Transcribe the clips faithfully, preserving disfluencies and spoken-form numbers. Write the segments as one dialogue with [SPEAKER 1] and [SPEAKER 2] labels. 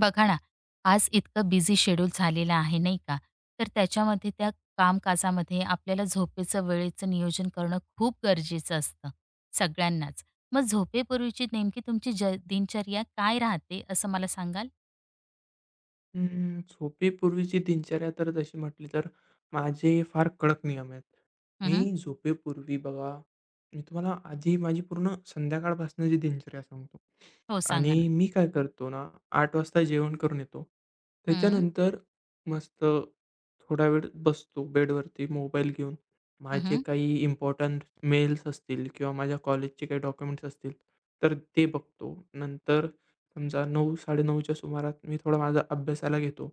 [SPEAKER 1] बघा ना, आज इतकं बिझी शेड्यूल झालेलं आहे, नाही का? तर त्याच्यामध्ये त्या कामकाजामध्ये आपल्याला झोपेचं, वेळेचं नियोजन करणं खूप गरजेचं असतं, सगळ्यांनाच. मग झोपेपूर्वीची नेमकी तुमची ज दिनचर्या काय राहते, असं मला सांगाल?
[SPEAKER 2] अं, झोपेपूर्वीची दिनचर्या तर तशी म्हटली तर माझे फार कडक नियम आहेत.
[SPEAKER 1] हं, हं.
[SPEAKER 2] मी झोपेपूर्वी बघा, मी तुम्हाला आधी माझी पूर्ण संध्याकाळपासनची दिनचर्या सांगतो
[SPEAKER 1] हो, सांगा ना.
[SPEAKER 2] आणि मी काय करतो ना, आठ वाजता जेवण करून येतो.
[SPEAKER 1] हं,
[SPEAKER 2] त्याच्यानंतर मस्त थोडा वेळ बसतो बेडवरती मोबाईल घेऊन.
[SPEAKER 1] हं,
[SPEAKER 2] माझे
[SPEAKER 1] हं.
[SPEAKER 2] काही इम्पोर्टंट मेल्स असतील किंवा माझ्या कॉलेजचे काही डॉक्युमेंट्स असतील, तर ते बघतो. नंतर समजा नऊ-9:30च्या सुमारास मी थोडा माझा अभ्यासाला घेतो.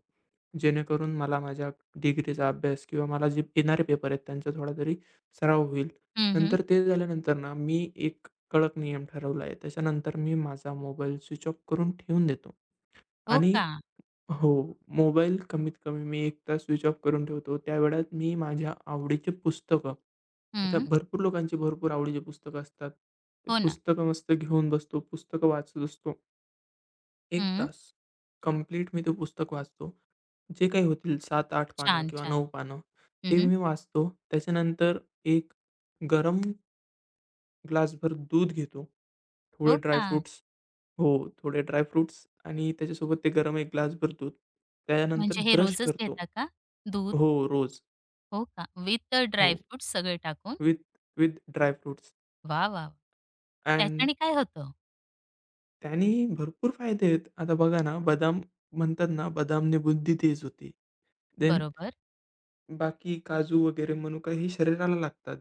[SPEAKER 2] जेणेकरून मला माझ्या डिग्रीचा अभ्यास किंवा मला जे येणारे पेपर आहेत त्यांचा थोडा तरी सराव होईल. नंतर ते झाल्यानंतर ना, मी एक कडक नियम ठरवला आहे. त्याच्यानंतर मी माझा मोबाईल स्विच ऑफ करून ठेवून देतो
[SPEAKER 1] हो
[SPEAKER 2] आणि
[SPEAKER 1] का?
[SPEAKER 2] हो, मोबाईल कमीत कमी मी एक तास स्विच ऑफ करून ठेवतो. त्या वेळात मी माझ्या आवडीची पुस्तकं आता
[SPEAKER 1] हं.
[SPEAKER 2] भरपूर लोकांची भरपूर आवडीची पुस्तकं असतात. ते
[SPEAKER 1] हो ना.
[SPEAKER 2] पुस्तकं मस्त घेऊन बसतो, पुस्तकं वाचत असतो. एक
[SPEAKER 1] हं.
[SPEAKER 2] तास कंप्लीट मी ते पुस्तक वाचतो. जे काही होतील सात आठ पानं
[SPEAKER 1] छान,
[SPEAKER 2] किंवा
[SPEAKER 1] छान.
[SPEAKER 2] नऊ पानं, ते
[SPEAKER 1] हं,
[SPEAKER 2] मी वाचतो. त्याच्यानंतर एक गरम ग्लासभर दूध घेतो, थोडे
[SPEAKER 1] हो का?
[SPEAKER 2] ड्रायफ्रुट्स. हो, थोडे ड्रायफ्रुट्स आणि त्याच्यासोबत ते गरम एक ग्लासभर दूध. त्यानंतर
[SPEAKER 1] म्हणजे हे
[SPEAKER 2] ब्रश
[SPEAKER 1] रोजच
[SPEAKER 2] करतो.
[SPEAKER 1] घेता का? दूध?
[SPEAKER 2] हो, रोज.
[SPEAKER 1] हो का? विथ
[SPEAKER 2] हो,
[SPEAKER 1] ड्राय सगळे टाकून?
[SPEAKER 2] विथ विथ ड्रायफ्रुट्स
[SPEAKER 1] वाह, वाह!
[SPEAKER 2] अँड.
[SPEAKER 1] त्याच्याने काय होतं?
[SPEAKER 2] त्याने भरपूर फायदे आहेत. आता बघा ना, बदाम म्हणतात ना, बदामने बुद्धी तेज होते. देन
[SPEAKER 1] बरोबर.
[SPEAKER 2] बाकी काजू वगैरे मनुका हे शरीराला लागतात,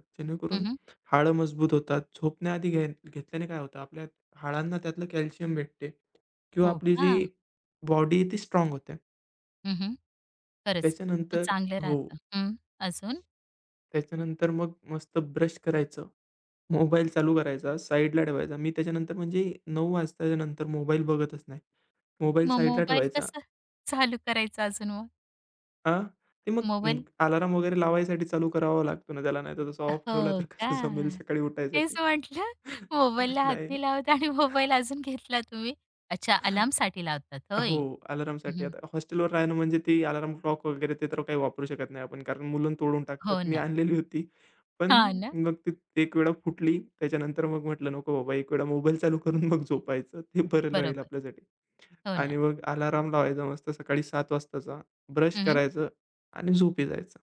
[SPEAKER 1] हं,
[SPEAKER 2] जेणेकरून
[SPEAKER 1] हं.
[SPEAKER 2] हाडं मजबूत होतात. झोपण्याआधी घे घेतल्याने काय होतं, आपल्या हाडांना त्यातलं कॅल्शियम भेटते किंवा
[SPEAKER 1] हो.
[SPEAKER 2] आपली जी
[SPEAKER 1] हां.
[SPEAKER 2] बॉडी ती स्ट्राँग होते.
[SPEAKER 1] हं, हं. खरंच. मग
[SPEAKER 2] त्याच्यानंतर
[SPEAKER 1] चांगलं
[SPEAKER 2] हो.
[SPEAKER 1] राहतं. हं. अजून?
[SPEAKER 2] त्याच्यानंतर मग मस्त ब्रश करायचं. मोबाईल चालू करायचा, साईडला ठेवायचा. मी त्याच्यानंतर म्हणजे नऊ वाजताच्या नंतर मोबाईल बघतच नाही. मोबाईल
[SPEAKER 1] मग
[SPEAKER 2] साईडला
[SPEAKER 1] मोबाईल
[SPEAKER 2] ठेवायचा.
[SPEAKER 1] कसं चालू करायचा अजून मग?
[SPEAKER 2] हां, ते मग
[SPEAKER 1] मोबाईल
[SPEAKER 2] अ, अलार्म वगैरे लावायसाठी चालू करावा लागतो ना त्याला, नाहीतर तसं ऑफ ठेवला
[SPEAKER 1] हो
[SPEAKER 2] तर
[SPEAKER 1] का?
[SPEAKER 2] कसं जमेल सकाळी
[SPEAKER 1] तेच
[SPEAKER 2] उठायसाठी.
[SPEAKER 1] म्हटलं मोबाईलला हात
[SPEAKER 2] नाही.
[SPEAKER 1] नाही लावत आणि मोबाईल अजून घेतला तुम्ही. अच्छा अलार्मसाठी लावतात
[SPEAKER 2] हो,
[SPEAKER 1] होय.
[SPEAKER 2] अलार्मसाठी
[SPEAKER 1] हं,
[SPEAKER 2] आता हॉस्टेलवर राहणं म्हणजे ती अलार्म क्लॉक वगैरे ते तर काही वापरू शकत नाही आपण, कारण मुलं तोडून टाकतात.
[SPEAKER 1] हो
[SPEAKER 2] मी
[SPEAKER 1] ना.
[SPEAKER 2] आणलेली होती, पण
[SPEAKER 1] हां ना.
[SPEAKER 2] मग ती एक वेळा फुटली. त्याच्यानंतर मग म्हटलं नको बाबा, एक वेळा मोबाईल चालू करून मग झोपायचं. ते बरं राहील
[SPEAKER 1] बरोबर.
[SPEAKER 2] आपल्यासाठी.
[SPEAKER 1] हो
[SPEAKER 2] आणि
[SPEAKER 1] ना.
[SPEAKER 2] मग अलार्म लावायचा मस्त सकाळी सात वाजताचा, ब्रश
[SPEAKER 1] हं,
[SPEAKER 2] करायचं आणि झोपी जायचं.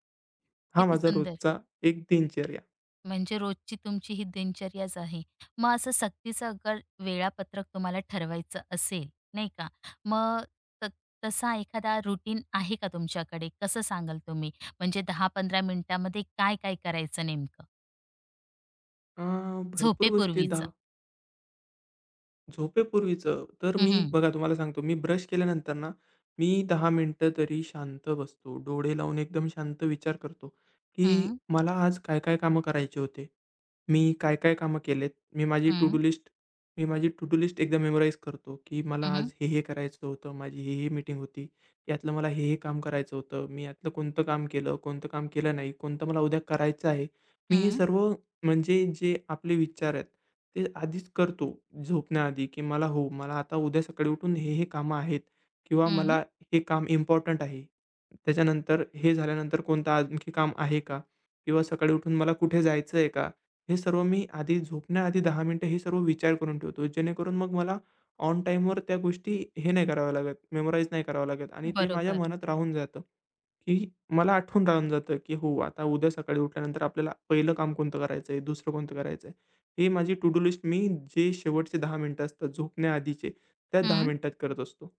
[SPEAKER 2] हा
[SPEAKER 1] किती
[SPEAKER 2] माझा
[SPEAKER 1] सुंदर.
[SPEAKER 2] रोजचा एक दिनचर्या.
[SPEAKER 1] म्हणजे रोजची तुमची ही दिनचर्याच आहे. मग असं सक्तीचं अगर वेळापत्रक तुम्हाला ठरवायचं असेल, नाही का? मग त तसा एखादा रुटीन आहे का तुमच्याकडे? कसं सांगाल तुम्ही? म्हणजे दहा पंधरा मिनिटामध्ये काय-काय करायचं नेमकं?
[SPEAKER 2] अ, भरपूर गोष्टी आहेत.
[SPEAKER 1] झोपेपूर्वीचं.
[SPEAKER 2] झोपेपूर्वीचं तर
[SPEAKER 1] हं,
[SPEAKER 2] मी
[SPEAKER 1] हं.
[SPEAKER 2] बघा तुम्हाला सांगतो, मी ब्रश केल्यानंतर ना, मी दहा मिनिटं तरी शांत बसतो. डोळे लावून एकदम शांत विचार करतो, की
[SPEAKER 1] हं,
[SPEAKER 2] मला आज काय-काय कामं करायचे होते. मी काय-काय कामं केलेत. मी माझी टू
[SPEAKER 1] हं,
[SPEAKER 2] डू लिस्ट मी माझी टू डू लिस्ट एकदा मेमोराईज करतो, की मला
[SPEAKER 1] हं,
[SPEAKER 2] आज हे-हे करायचं होतं. माझी हे-हे मीटिंग होती. यातलं मला हे-हे काम करायचं होतं. मी यातलं कोणतं काम केलं, कोणतं काम केलं नाही, कोणतं मला उद्या करायचं आहे. मी हे
[SPEAKER 1] हं,
[SPEAKER 2] सर्व म्हणजे जे आपले विचार आहेत ते आधीच करतो झोपण्याआधी, की मला हो, मला आता उद्या सकाळी उठून हे, हे कामं आहेत किंवा
[SPEAKER 1] हं,
[SPEAKER 2] मला हे काम इम्पॉर्टंट आहे. त्याच्यानंतर हे झाल्यानंतर कोणतं आणखी काम आहे का? किंवा सकाळी उठून मला कुठे जायचं आहे का? हे सर्व मी आधी झोपण्याआधी दहा मिनिटं हे सर्व विचार करून ठेवतो. जेणेकरून मग मला ऑन टाईमवर त्या गोष्टी हे नाही कराव्या लागत, मेमोराईज नाही करावं लागत आणि ते माझ्या
[SPEAKER 1] बरोबर.
[SPEAKER 2] मनात राहून जातं, की मला आठवून राहून जातं, की हो, आता उद्या सकाळी उठल्यानंतर आपल्याला पहिलं काम कोणतं करायचं आहे, दुसरं कोणतं करायचं आहे. ही माझी टू डू लिस्ट मी जे शेवटचे दहा मिनिटं असतात झोपण्याआधीचे, त्या दहा मिनिटात करत असतो.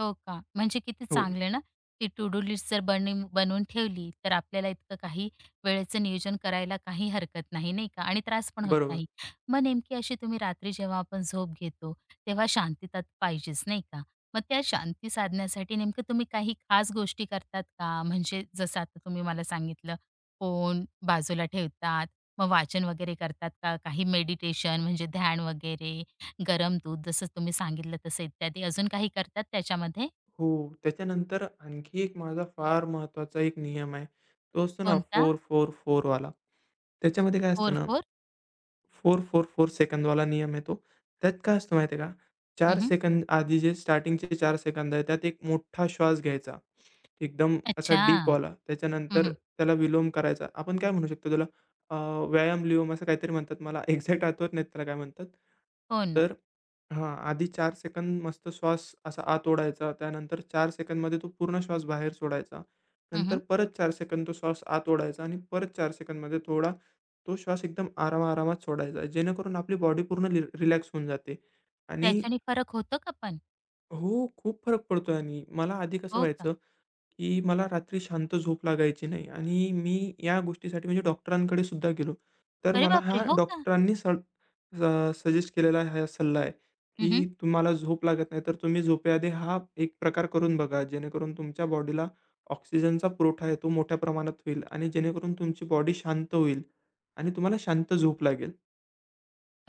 [SPEAKER 1] हो का? म्हणजे किती
[SPEAKER 2] हो,
[SPEAKER 1] चांगलं ना, ती टू डू लिस्ट जर बनवून बनवून ठेवली, तर आपल्याला इतकं काही वेळेचं नियोजन करायला काही हरकत नाही, नाही का? आणि त्रास पण होत
[SPEAKER 2] बरोबर.
[SPEAKER 1] नाही. मग नेमकी अशी तुम्ही रात्री जेव्हा आपण झोप घेतो, तेव्हा शांतता पाहिजेच, नाही का? मग त्या शांती साधण्यासाठी नेमकं तुम्ही काही खास गोष्टी करतात का? म्हणजे जसं आता तुम्ही मला सांगितलं, फोन बाजूला ठेवतात, मग वाचन वगैरे करतात का? काही मेडिटेशन म्हणजे ध्यान वगैरे? गरम दूध जसं तुम्ही सांगितलं तसं इत्यादी. अजून काही करतात त्याच्यामध्ये?
[SPEAKER 2] हो, त्याच्यानंतर आणखी एक माझा फार महत्त्वाचा एक नियम आहे. तो असतो ना
[SPEAKER 1] कोणता?
[SPEAKER 2] चार चार-चार वाला. त्याच्यामध्ये काय असतं ना
[SPEAKER 1] चार चार?
[SPEAKER 2] चार चार-चार सेकंदवाला नियम आहे तो. त्यात काय असतं माहिती आहे का?
[SPEAKER 1] हं,
[SPEAKER 2] चार
[SPEAKER 1] हं.
[SPEAKER 2] सेकंद आधी जे स्टार्टिंगचे चार सेकंद आहे, त्यात एक मोठा श्वास घ्यायचा. एकदम असा
[SPEAKER 1] अच्छा.
[SPEAKER 2] डीपवाला.
[SPEAKER 1] हं,
[SPEAKER 2] त्याच्यानंतर
[SPEAKER 1] हं.
[SPEAKER 2] त्याला विलोम करायचा. आपण काय म्हणू शकतो त्याला अ, व्यायाम-विलोम असं काहीतरी म्हणतात. मला एक्झॅक्ट आठवत नाही त्याला काय म्हणतात.
[SPEAKER 1] हो ना.
[SPEAKER 2] तर हां, आधी चार सेकंद मस्त श्वास असा आत ओढायचा. त्यानंतर चार सेकंदमध्ये तो पूर्ण श्वास बाहेर सोडायचा.
[SPEAKER 1] हं,
[SPEAKER 2] नंतर परत चार सेकंद तो श्वास आत ओढायचा आणि परत चार सेकंदमध्ये थोडा तो श्वास एकदम आराम-आरामात सोडायचा, जेणेकरून आपली बॉडी पूर्ण रि रिलॅक्स होऊन जाते. आणि
[SPEAKER 1] त्याच्याने फरक होतो का पण?
[SPEAKER 2] हो, खूप फरक पडतो आणि मला आधी कसं
[SPEAKER 1] हो का?
[SPEAKER 2] व्हायचं, की मला रात्री शांत झोप लागायची नाही आणि मी या गोष्टीसाठी म्हणजे डॉक्टरांकडे सुद्धा गेलो. तर
[SPEAKER 1] अरे
[SPEAKER 2] मला
[SPEAKER 1] बापरे!
[SPEAKER 2] हा
[SPEAKER 1] हो का?
[SPEAKER 2] डॉक्टरांनी स सजेस्ट केलेला हा सल्ला आहे,
[SPEAKER 1] हं,
[SPEAKER 2] की तुम्हाला झोप लागत नाही तर तुम्ही झोपेआधी हा एक प्रकार करून बघा, जेणेकरून तुमच्या बॉडीला ऑक्सिजनचा पुरवठा आहे तो मोठ्या प्रमाणात होईल आणि जेणेकरून तुमची बॉडी शांत होईल आणि तुम्हाला शांत झोप लागेल.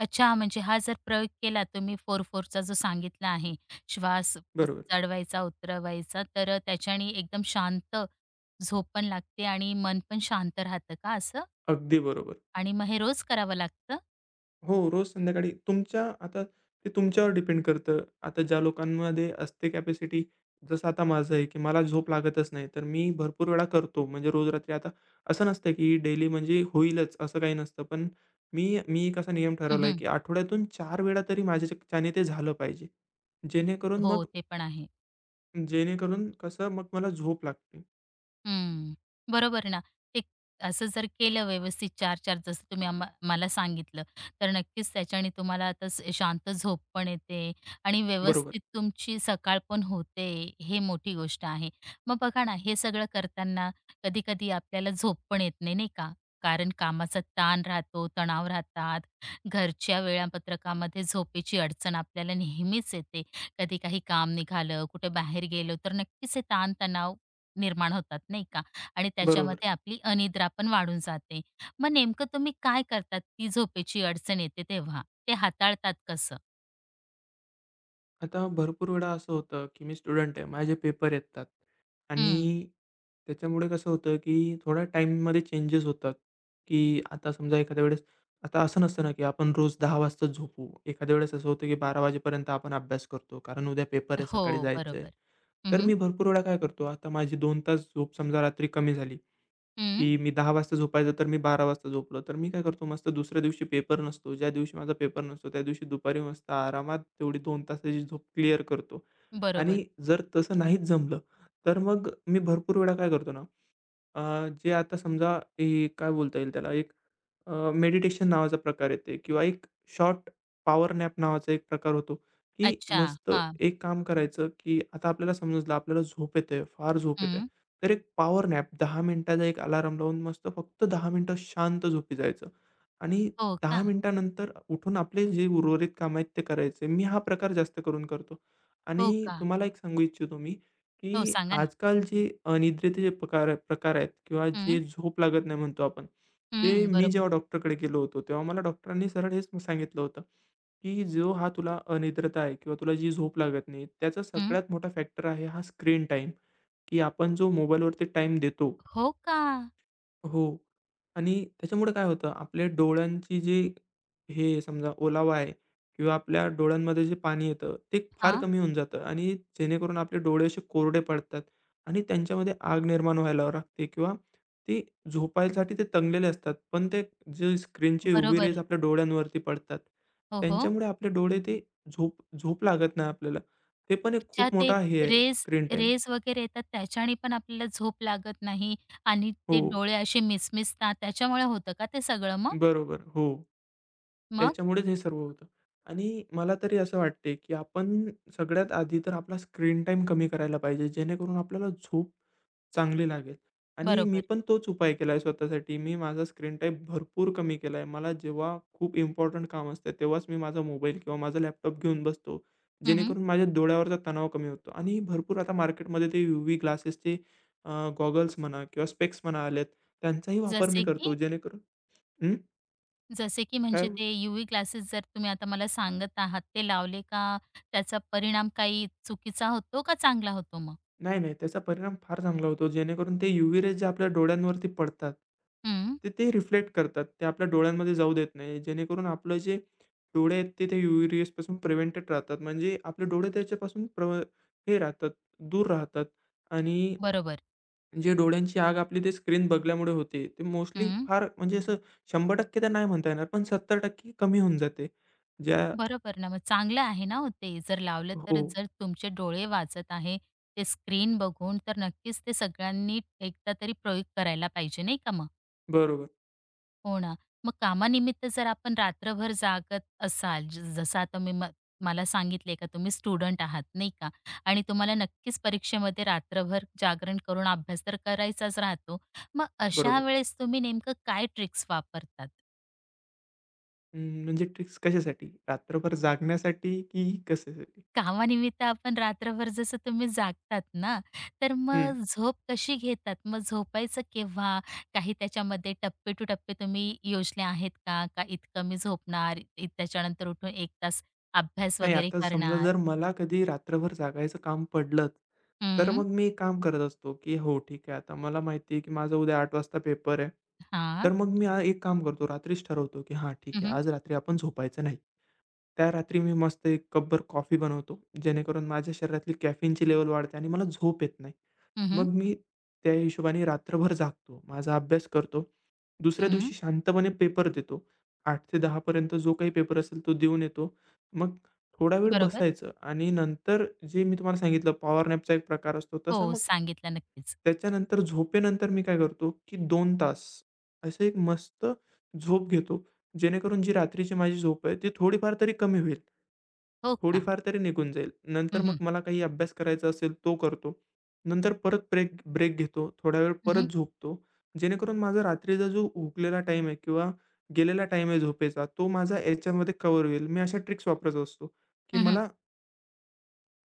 [SPEAKER 1] अच्छा म्हणजे हा जर प्रयोग केला तुम्ही फोर चार चा जो सांगितला आहे, श्वास उ
[SPEAKER 2] बरोबर.
[SPEAKER 1] चढवायचा, उतरवायचा, तर त्याच्याने एकदम शांत झोप पण लागते आणि मन पण शांत राहतं का असं?
[SPEAKER 2] अगदी बरोबर.
[SPEAKER 1] आणि मग हे रोज करावं लागतं?
[SPEAKER 2] हो, रोज संध्याकाळी तुमच्या आता ते तुमच्यावर डिपेंड करतं. आता ज्या लोकांमध्ये असते कॅपॅसिटी, जसं आता माझं आहे, की मला झोप लागतच नाही, तर मी भरपूर वेळा करतो. म्हणजे रोज रात्री आता असं नसतं, की डेली म्हणजे होईलच असं काही नसतं. पण मी मी एक असा नियम ठरवला आहे,
[SPEAKER 1] हं,
[SPEAKER 2] की आठवड्यातून चार वेळा तरी माझ्याच्याने ते झालं पाहिजे. जेणेकरून
[SPEAKER 1] हो,
[SPEAKER 2] मग
[SPEAKER 1] ते पण आहे.
[SPEAKER 2] जेणेकरून कसं मग मला झोप लागते.
[SPEAKER 1] हं, बरोबर आहे ना. एक असं जर केलं व्यवस्थित चार चार जसं तुम्ही आम्हा मला सांगितलं, तर नक्कीच त्याच्याने तुम्हाला आता स शांत झोप पण येते आणि
[SPEAKER 2] बरोबर,
[SPEAKER 1] व्यवस्थित तुमची सकाळ पण होते, हे मोठी गोष्ट आहे. मग बघा ना, हे सगळं करताना कधी-कधी आपल्याला झोप पण येत नाही, नाही का? कारण कामाचा ताण राहतो, तणाव राहतात. घरच्या वेळापत्रकामध्ये झोपेची अडचण आपल्याला नेहमीच येते. कधी काही काम निघालं, कुठे बाहेर गेलो, तर नक्कीच हे ताण निर्माण होतात नाही का? आणि
[SPEAKER 2] बरोबर.
[SPEAKER 1] त्याच्यामध्ये आपली अनिद्रा पण वाढून जाते. मग नेमकं तुम्ही काय करतात ती झोपेची अडचण येते तेव्हा? ते हाताळतात कसं?
[SPEAKER 2] आता भरपूर वेळा असं होतं, की मी स्टुडंट आहे. माझे पेपर येतात
[SPEAKER 1] हं.
[SPEAKER 2] आणि त्याच्यामुळे कसं होतं, की थोड्या टाईममध्ये चेंजेस होतात, की आता समजा एखाद्या वेळेस आता असं नसतं ना, की आपण रोज दहा वाजता झोपू. एखाद्या वेळेस असं होतं, की बारा वाजेपर्यंत आपण अभ्यास करतो, कारण उद्या पेपर आहे,
[SPEAKER 1] हो,
[SPEAKER 2] सकाळी जायचं आहे.
[SPEAKER 1] बरोबर. हं,
[SPEAKER 2] तर
[SPEAKER 1] हं.
[SPEAKER 2] मी भरपूर वेळा काय करतो, आता माझी दोन तास झोप समजा रात्री कमी झाली.
[SPEAKER 1] हं.
[SPEAKER 2] की मी दहा वाजता झोपायचं, तर मी बारा वाजता झोपलो. तर मी काय करतो मस्त दुसऱ्या दिवशी पेपर नसतो, ज्या दिवशी माझा पेपर नसतो, त्या दिवशी दुपारी मस्त आरामात तेवढी दोन तासाची झोप क्लिअर करतो.
[SPEAKER 1] बरोबर.
[SPEAKER 2] आणि जर तसं नाहीच जमलं, तर मग मी भरपूर वेळा काय करतो ना, अ, जे आता समजा, हे काय बोलता येईल त्याला एक अ, मेडिटेशन नावाचा प्रकार येते किंवा एक शॉर्ट पॉवर नॅप नावाचा एक प्रकार होतो, की
[SPEAKER 1] अच्छा.
[SPEAKER 2] मस्त
[SPEAKER 1] हां.
[SPEAKER 2] एक काम करायचं, की आता आपल्याला समजलं आपल्याला झोप येते, फार झोप येते.
[SPEAKER 1] हं.
[SPEAKER 2] तर एक पॉवर नॅप दहा मिनिटाचा एक अलार्म लावून मस्त फक्त दहा मिनिटं शांत झोपी जायचं आणि
[SPEAKER 1] हो का?
[SPEAKER 2] दहा मिनिटानंतर उठून आपले जे उर्वरित कामं आहेत ते करायचे. मी हा प्रकार जास्त करून करतो
[SPEAKER 1] हो
[SPEAKER 2] आणि
[SPEAKER 1] का?
[SPEAKER 2] तुम्हाला एक सांगू इच्छितो मी,
[SPEAKER 1] हो,
[SPEAKER 2] की
[SPEAKER 1] सांगा ना.
[SPEAKER 2] आजकाल जे अनिद्रेचे जे प्रकार प्रकार आहेत किंवा
[SPEAKER 1] हं.
[SPEAKER 2] जे झोप लागत नाही म्हणतो आपण, ते
[SPEAKER 1] हं.
[SPEAKER 2] मी
[SPEAKER 1] बरोबर.
[SPEAKER 2] जेव्हा डॉक्टरकडे गेलो होतो, तेव्हा मला डॉक्टरांनी सरळ हेच सांगितलं होतं, की "जो हा तुला अनिद्रता आहे किंवा तुला जी झोप लागत नाही, त्याचा
[SPEAKER 1] हं.
[SPEAKER 2] सगळ्यात मोठा फॅक्टर आहे हा स्क्रीन टाईम." की आपण जो मोबाईलवरती टाईम देतो.
[SPEAKER 1] हो का?
[SPEAKER 2] हो. आणि त्याच्यामुळे काय होतं, आपल्या डोळ्यांची जी हे समजा ओलावा आहे किंवा आपल्या डोळ्यांमध्ये जे पाणी येतं, ते फार
[SPEAKER 1] हां.
[SPEAKER 2] कमी होऊन जातं आणि जेणेकरून आपले डोळे असे कोरडे पडतात आणि त्यांच्यामध्ये आग निर्माण व्हायला लागते किंवा ते झोपायसाठी ते तंगलेले असतात. पण ते जे स्क्रीनची यू व्ही
[SPEAKER 1] बरोबर.
[SPEAKER 2] रेज आपल्या डोळ्यांवरती पडतात.
[SPEAKER 1] हो, हो.
[SPEAKER 2] त्यांच्यामुळे आपले डोळे ते झोप झोप लागत नाही आपल्याला. ते पण एक
[SPEAKER 1] अच्छा
[SPEAKER 2] खूप
[SPEAKER 1] ते
[SPEAKER 2] मोठा हे आहे
[SPEAKER 1] रेज
[SPEAKER 2] स्क्रीन टाईम.
[SPEAKER 1] रेज वगैरे येतात त्याच्याने पण आपल्याला झोप लागत नाही आणि ते
[SPEAKER 2] हो,
[SPEAKER 1] डोळे असे मिसमिसतात त्याच्यामुळे होतं का ते सगळं मग?
[SPEAKER 2] बरोबर. हो.
[SPEAKER 1] मग?
[SPEAKER 2] त्याच्यामुळेच हे सर्व होतं आणि मला तरी असं वाटते, की आपण सगळ्यात आधी तर आपला स्क्रीन टाईम कमी करायला पाहिजे, जेणेकरून आपल्याला झोप चांगली लागेल आणि मी
[SPEAKER 1] बरोबर.
[SPEAKER 2] पण तोच उपाय केला आहे स्वतःसाठी. मी माझा स्क्रीन टाईम भरपूर कमी केला आहे. मला जेव्हा खूप इम्पोर्टंट काम असतं, तेव्हाच मी माझा मोबाईल किंवा माझा लॅपटॉप घेऊन बसतो,
[SPEAKER 1] हं,
[SPEAKER 2] जेणेकरून माझ्या डोळ्यावरचा तणाव कमी होतो आणि भरपूर आता मार्केटमध्ये ते यूव्ही ग्लासेसचे गॉगल्स म्हणा किंवा स्पेक्स म्हणा आलेत, त्यांचाही वापर मी
[SPEAKER 1] जसे की?
[SPEAKER 2] करतो, जेणेकरून हं?
[SPEAKER 1] जसे की
[SPEAKER 2] काय
[SPEAKER 1] म्हणजे
[SPEAKER 2] हो?
[SPEAKER 1] ते यूव्ही ग्लासेस जर तुम्ही आता मला सांगत आहात ते लावले का त्याचा परिणाम काही चुकीचा होतो का चांगला होतो मग?
[SPEAKER 2] नाही, नाही. त्याचा परिणाम फार चांगला होतो. जेणेकरून ते यूव्ही रेज जे आपल्या डोळ्यांवरती पडतात,
[SPEAKER 1] हं.
[SPEAKER 2] ते ते रिफ्लेक्ट करतात. ते आपल्या डोळ्यांमध्ये जाऊ देत नाही. जेणेकरून आपलं जे डोळे आहेत ते त्या यूव्ही रेजपासून प्रिव्हेंटेड राहतात. म्हणजे आपले डोळे त्याच्यापासून प्र हे राहतात, दूर राहतात आणि
[SPEAKER 1] बरोबर.
[SPEAKER 2] जे डोळ्यांची आग आपली ते स्क्रीन बघल्यामुळे होते, ते मोस्टली फार म्हणजे असं शंभर टक्के तर नाही म्हणता येणार, पण सत्तर टक्के कमी होऊन जाते. ज्या
[SPEAKER 1] बरोबर ना, मग चांगलं आहे ना होते ते. जर लावलं
[SPEAKER 2] हो.
[SPEAKER 1] तर जर तुमचे डोळे वाचत आहे, ते स्क्रीन बघून, तर नक्कीच ते सगळ्यांनी एकदा तरी प्रयोग करायला पाहिजे, नाही का मग?
[SPEAKER 2] बरोबर,
[SPEAKER 1] हो ना. मग कामानिमित्त जर आपण रात्रभर जागत असाल, ज जसं आता मी म मला सांगितले का तुम्ही स्टुडंट आहात, नाही का? आणि तुम्हाला नक्कीच परीक्षेमध्ये रात्रभर जागरण करून अभ्यास तर करायचाच राहतो. मग अशा
[SPEAKER 2] बरोबर.
[SPEAKER 1] वेळेस तुम्ही नेमकं काय ट्रिक्स वापरतात?
[SPEAKER 2] हं, म्हणजे ट्रिक्स कशासाठी? रात्रभर जागण्यासाठी की कशासाठी?
[SPEAKER 1] कामानिमित्त आपण रात्रभर जसं तुम्ही जागतात ना, तर
[SPEAKER 2] हं.
[SPEAKER 1] मग झोप कशी घेतात? मग झोपायचं केव्हा? काही त्याच्यामध्ये टप्पे टू टप्पे तुम्ही योजले आहेत का? का इतकं मी झोपणार, इ त्याच्यानंतर उठून एक तास अभ्यास
[SPEAKER 2] नाही
[SPEAKER 1] वगैरे
[SPEAKER 2] आता समजा
[SPEAKER 1] करणार?
[SPEAKER 2] जर मला कधी रात्रभर जागायचं काम पडलं, तर
[SPEAKER 1] हं,
[SPEAKER 2] मग मी एक काम करत असतो, की हो ठीक आहे आता मला माहिती आहे, की माझा उद्या आठ वाजता पेपर आहे.
[SPEAKER 1] हां.
[SPEAKER 2] तर मग मी आ- एक काम करतो रात्रीच ठरवतो, की हां
[SPEAKER 1] हं,
[SPEAKER 2] ठीक आहे
[SPEAKER 1] हं.
[SPEAKER 2] आज रात्री आपण झोपायचं नाही. त्या रात्री मी मस्त एक कपभर कॉफी बनवतो, जेणेकरून माझ्या शरीरातली कॅफीनची लेव्हल वाढते आणि मला झोप येत नाही.
[SPEAKER 1] हं,
[SPEAKER 2] मग मी त्या हिशोबाने रात्रभर जागतो. माझा अभ्यास करतो. दुसऱ्या दिवशी शांतपणे पेपर देतो. आठ ते दहा जो काही पेपर असेल तो देऊन येतो. मग थोडा वेळ
[SPEAKER 1] बरोबर.
[SPEAKER 2] बसायचं आणि नंतर जे मी तुम्हाला सांगितलं पॉवर नॅपचा एक प्रकार असतो तसं
[SPEAKER 1] हो,
[SPEAKER 2] मग
[SPEAKER 1] सांगितलं नक्कीच.
[SPEAKER 2] त्याच्यानंतर झोपेनंतर मी काय करतो, की दोन तास असं एक मस्त झोप घेतो. जेणेकरून जी रात्रीची माझी झोप आहे ती थोडीफार तरी कमी होईल.
[SPEAKER 1] हो का?
[SPEAKER 2] थोडीफार तरी निघून जाईल.
[SPEAKER 1] हं,
[SPEAKER 2] नंतर मग
[SPEAKER 1] हं.
[SPEAKER 2] मला काही अभ्यास करायचा असेल तो करतो. नंतर परत ब्रेक ब्रेक घेतो. थोडा वेळ
[SPEAKER 1] हं,
[SPEAKER 2] परत झोपतो. जेणेकरून माझा रात्रीचा जो हुकलेला टाईम आहे किंवा गेलेला टाईम आहे झोपेचा, तो माझा याच्यामध्ये कव्हर होईल. मी अशा ट्रिक्स वापरत असतो, की मला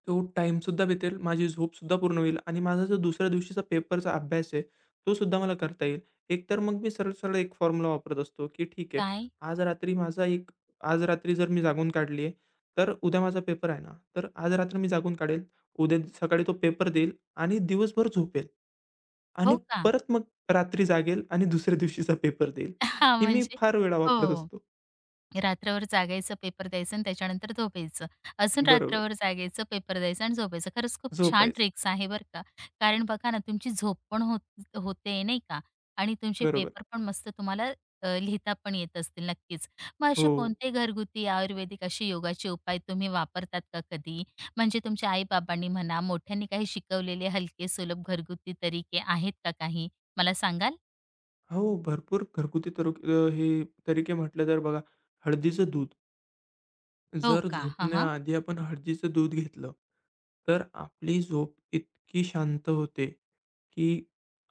[SPEAKER 2] तो टाईमसुद्धा भेटेल, माझी झोप सुद्धा पूर्ण होईल आणि माझा जो दुसऱ्या दिवशीचा पेपरचा अभ्यास आहे, तो सुद्धा मला करता येईल. एकतर मग मी सरळ-सरळ एक फॉर्म्युला वापरत असतो, की ठीक आहे,
[SPEAKER 1] काय?
[SPEAKER 2] आज रात्री माझा एक आज रात्री जर मी जागून काढली आहे, तर उद्या माझा पेपर आहे ना, तर आज रात्र मी जागून काढेल, उद्या सकाळी तो पेपर देईल आणि दिवसभर झोपेल
[SPEAKER 1] हो
[SPEAKER 2] आणि
[SPEAKER 1] का?
[SPEAKER 2] परत मग रात्री जागेल आणि दुसऱ्या दिवशीचा पेपर देईल.
[SPEAKER 1] हां,
[SPEAKER 2] ही मी
[SPEAKER 1] म्हणजे
[SPEAKER 2] फार वेळा वापरत
[SPEAKER 1] हो.
[SPEAKER 2] असतो.
[SPEAKER 1] रात्रभर जागायचं, पेपर द्यायचं आणि त्याच्यानंतर झोपायचं. अजून
[SPEAKER 2] बरोबर.
[SPEAKER 1] रात्रभर जागायचं, पेपर द्यायचं आणि झोपायचं. खरंच खूप छान
[SPEAKER 2] झोपायचं.
[SPEAKER 1] ट्रिक्स आहे बरं का. कारण बघा ना, तुमची झोप पण होत होते नाही का आणि तुमचे
[SPEAKER 2] बरोबर.
[SPEAKER 1] पेपर पण मस्त तुम्हाला अ, लिहिता पण येत असतील नक्कीच. मग असे
[SPEAKER 2] हो.
[SPEAKER 1] कोणते घरगुती आयुर्वेदिक असे योगाचे उपाय तुम्ही वापरतात का कधी? म्हणजे तुमच्या आई म्हणा, मोठ्यांनी काही शिकवलेले हलके सुलभ घरगुती तरीके आहेत का काही? मला सांगाल?
[SPEAKER 2] हो, भरपूर घरगुती तर अ, हे तरीके म्हटलं तर बघा, हळदीचं दूध.
[SPEAKER 1] हो
[SPEAKER 2] जर
[SPEAKER 1] का? हां, हां.
[SPEAKER 2] झोपण्याआधी आपण हळदीचं दूध घेतलं, तर आपली झोप इतकी शांत होते, की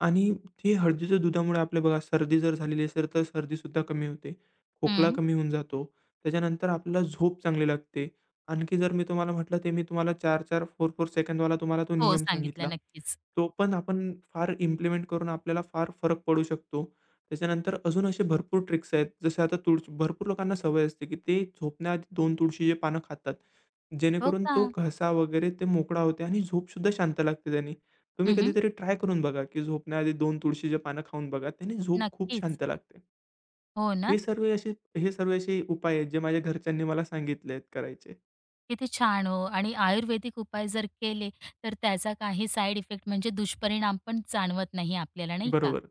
[SPEAKER 2] आणि ते हळदीच्या दुधामुळे आपले बघा सर्दी जर झालेली असेल, तर सर्दीसुद्धा कमी होते. खोकला
[SPEAKER 1] हं.
[SPEAKER 2] कमी होऊन जातो. त्याच्यानंतर आपल्याला झोप चांगली लागते. आणखी जर मी तुम्हाला म्हटलं, ते मी तुम्हाला चार चार, चार चार सेकंदवाला तुम्हाला तो
[SPEAKER 1] हो,
[SPEAKER 2] नियम
[SPEAKER 1] सांगितलं
[SPEAKER 2] सांगितला.
[SPEAKER 1] नक्कीच.
[SPEAKER 2] तो पण आपण फार इम्प्लिमेंट करून आपल्याला फार फरक पडू शकतो. त्याच्यानंतर अजून असे भरपूर ट्रिक्स आहेत. जसे आता तुळ भरपूर लोकांना सवय असते, की ते झोपण्याआधी दोन तुळशीची पानं खातात.
[SPEAKER 1] हो
[SPEAKER 2] जेणेकरून
[SPEAKER 1] का?
[SPEAKER 2] तो घसा वगैरे ते मोकळा होते आणि झोपसुद्धा शांत लागते त्यानी. तुम्ही
[SPEAKER 1] हं, हं.
[SPEAKER 2] कधीतरी ट्राय करून बघा, की झोपण्याआधी दोन तुळशीची पानं खाऊन बघा. त्याने झोप खूप
[SPEAKER 1] नक्कीच.
[SPEAKER 2] शांत लागते.
[SPEAKER 1] हो ना.
[SPEAKER 2] हे सर्व असे हे सर्व असे उपाय आहेत, जे माझ्या घरच्यांनी मला सांगितले आहेत करायचे.
[SPEAKER 1] किती छान हो आणि आयुर्वेदिक उपाय जर केले, तर त्याचा काही साइड इफेक्ट म्हणजे दुष्परिणाम पण जाणवत नाही आपल्याला, नाही का?
[SPEAKER 2] बरोबर.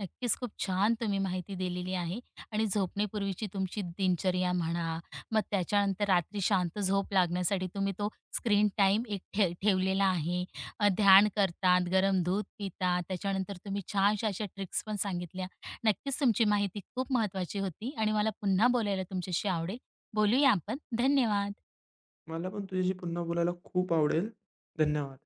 [SPEAKER 1] नक्कीच खूप छान तुम्ही माहिती दिलेली आहे आणि झोपण्यापूर्वीची तुमची दिनचर्या म्हणा, मग त्याच्यानंतर रात्री शांत झोप लागण्यासाठी तुम्ही तो स्क्रीन टाईम एक ठे ठेवलेला आहे. अ, ध्यान करतात, गरम दूध पितात, त्याच्यानंतर तुम्ही छानशा अशा ट्रिक्स पण सांगितल्या. नक्कीच तुमची माहिती खूप महत्त्वाची होती आणि मला पुन्हा बोलायला तुमच्याशी आवडेल. बोलूया आपण. धन्यवाद.
[SPEAKER 2] मला पण तुझ्याशी पुन्हा बोलायला खूप आवडेल. धन्यवाद.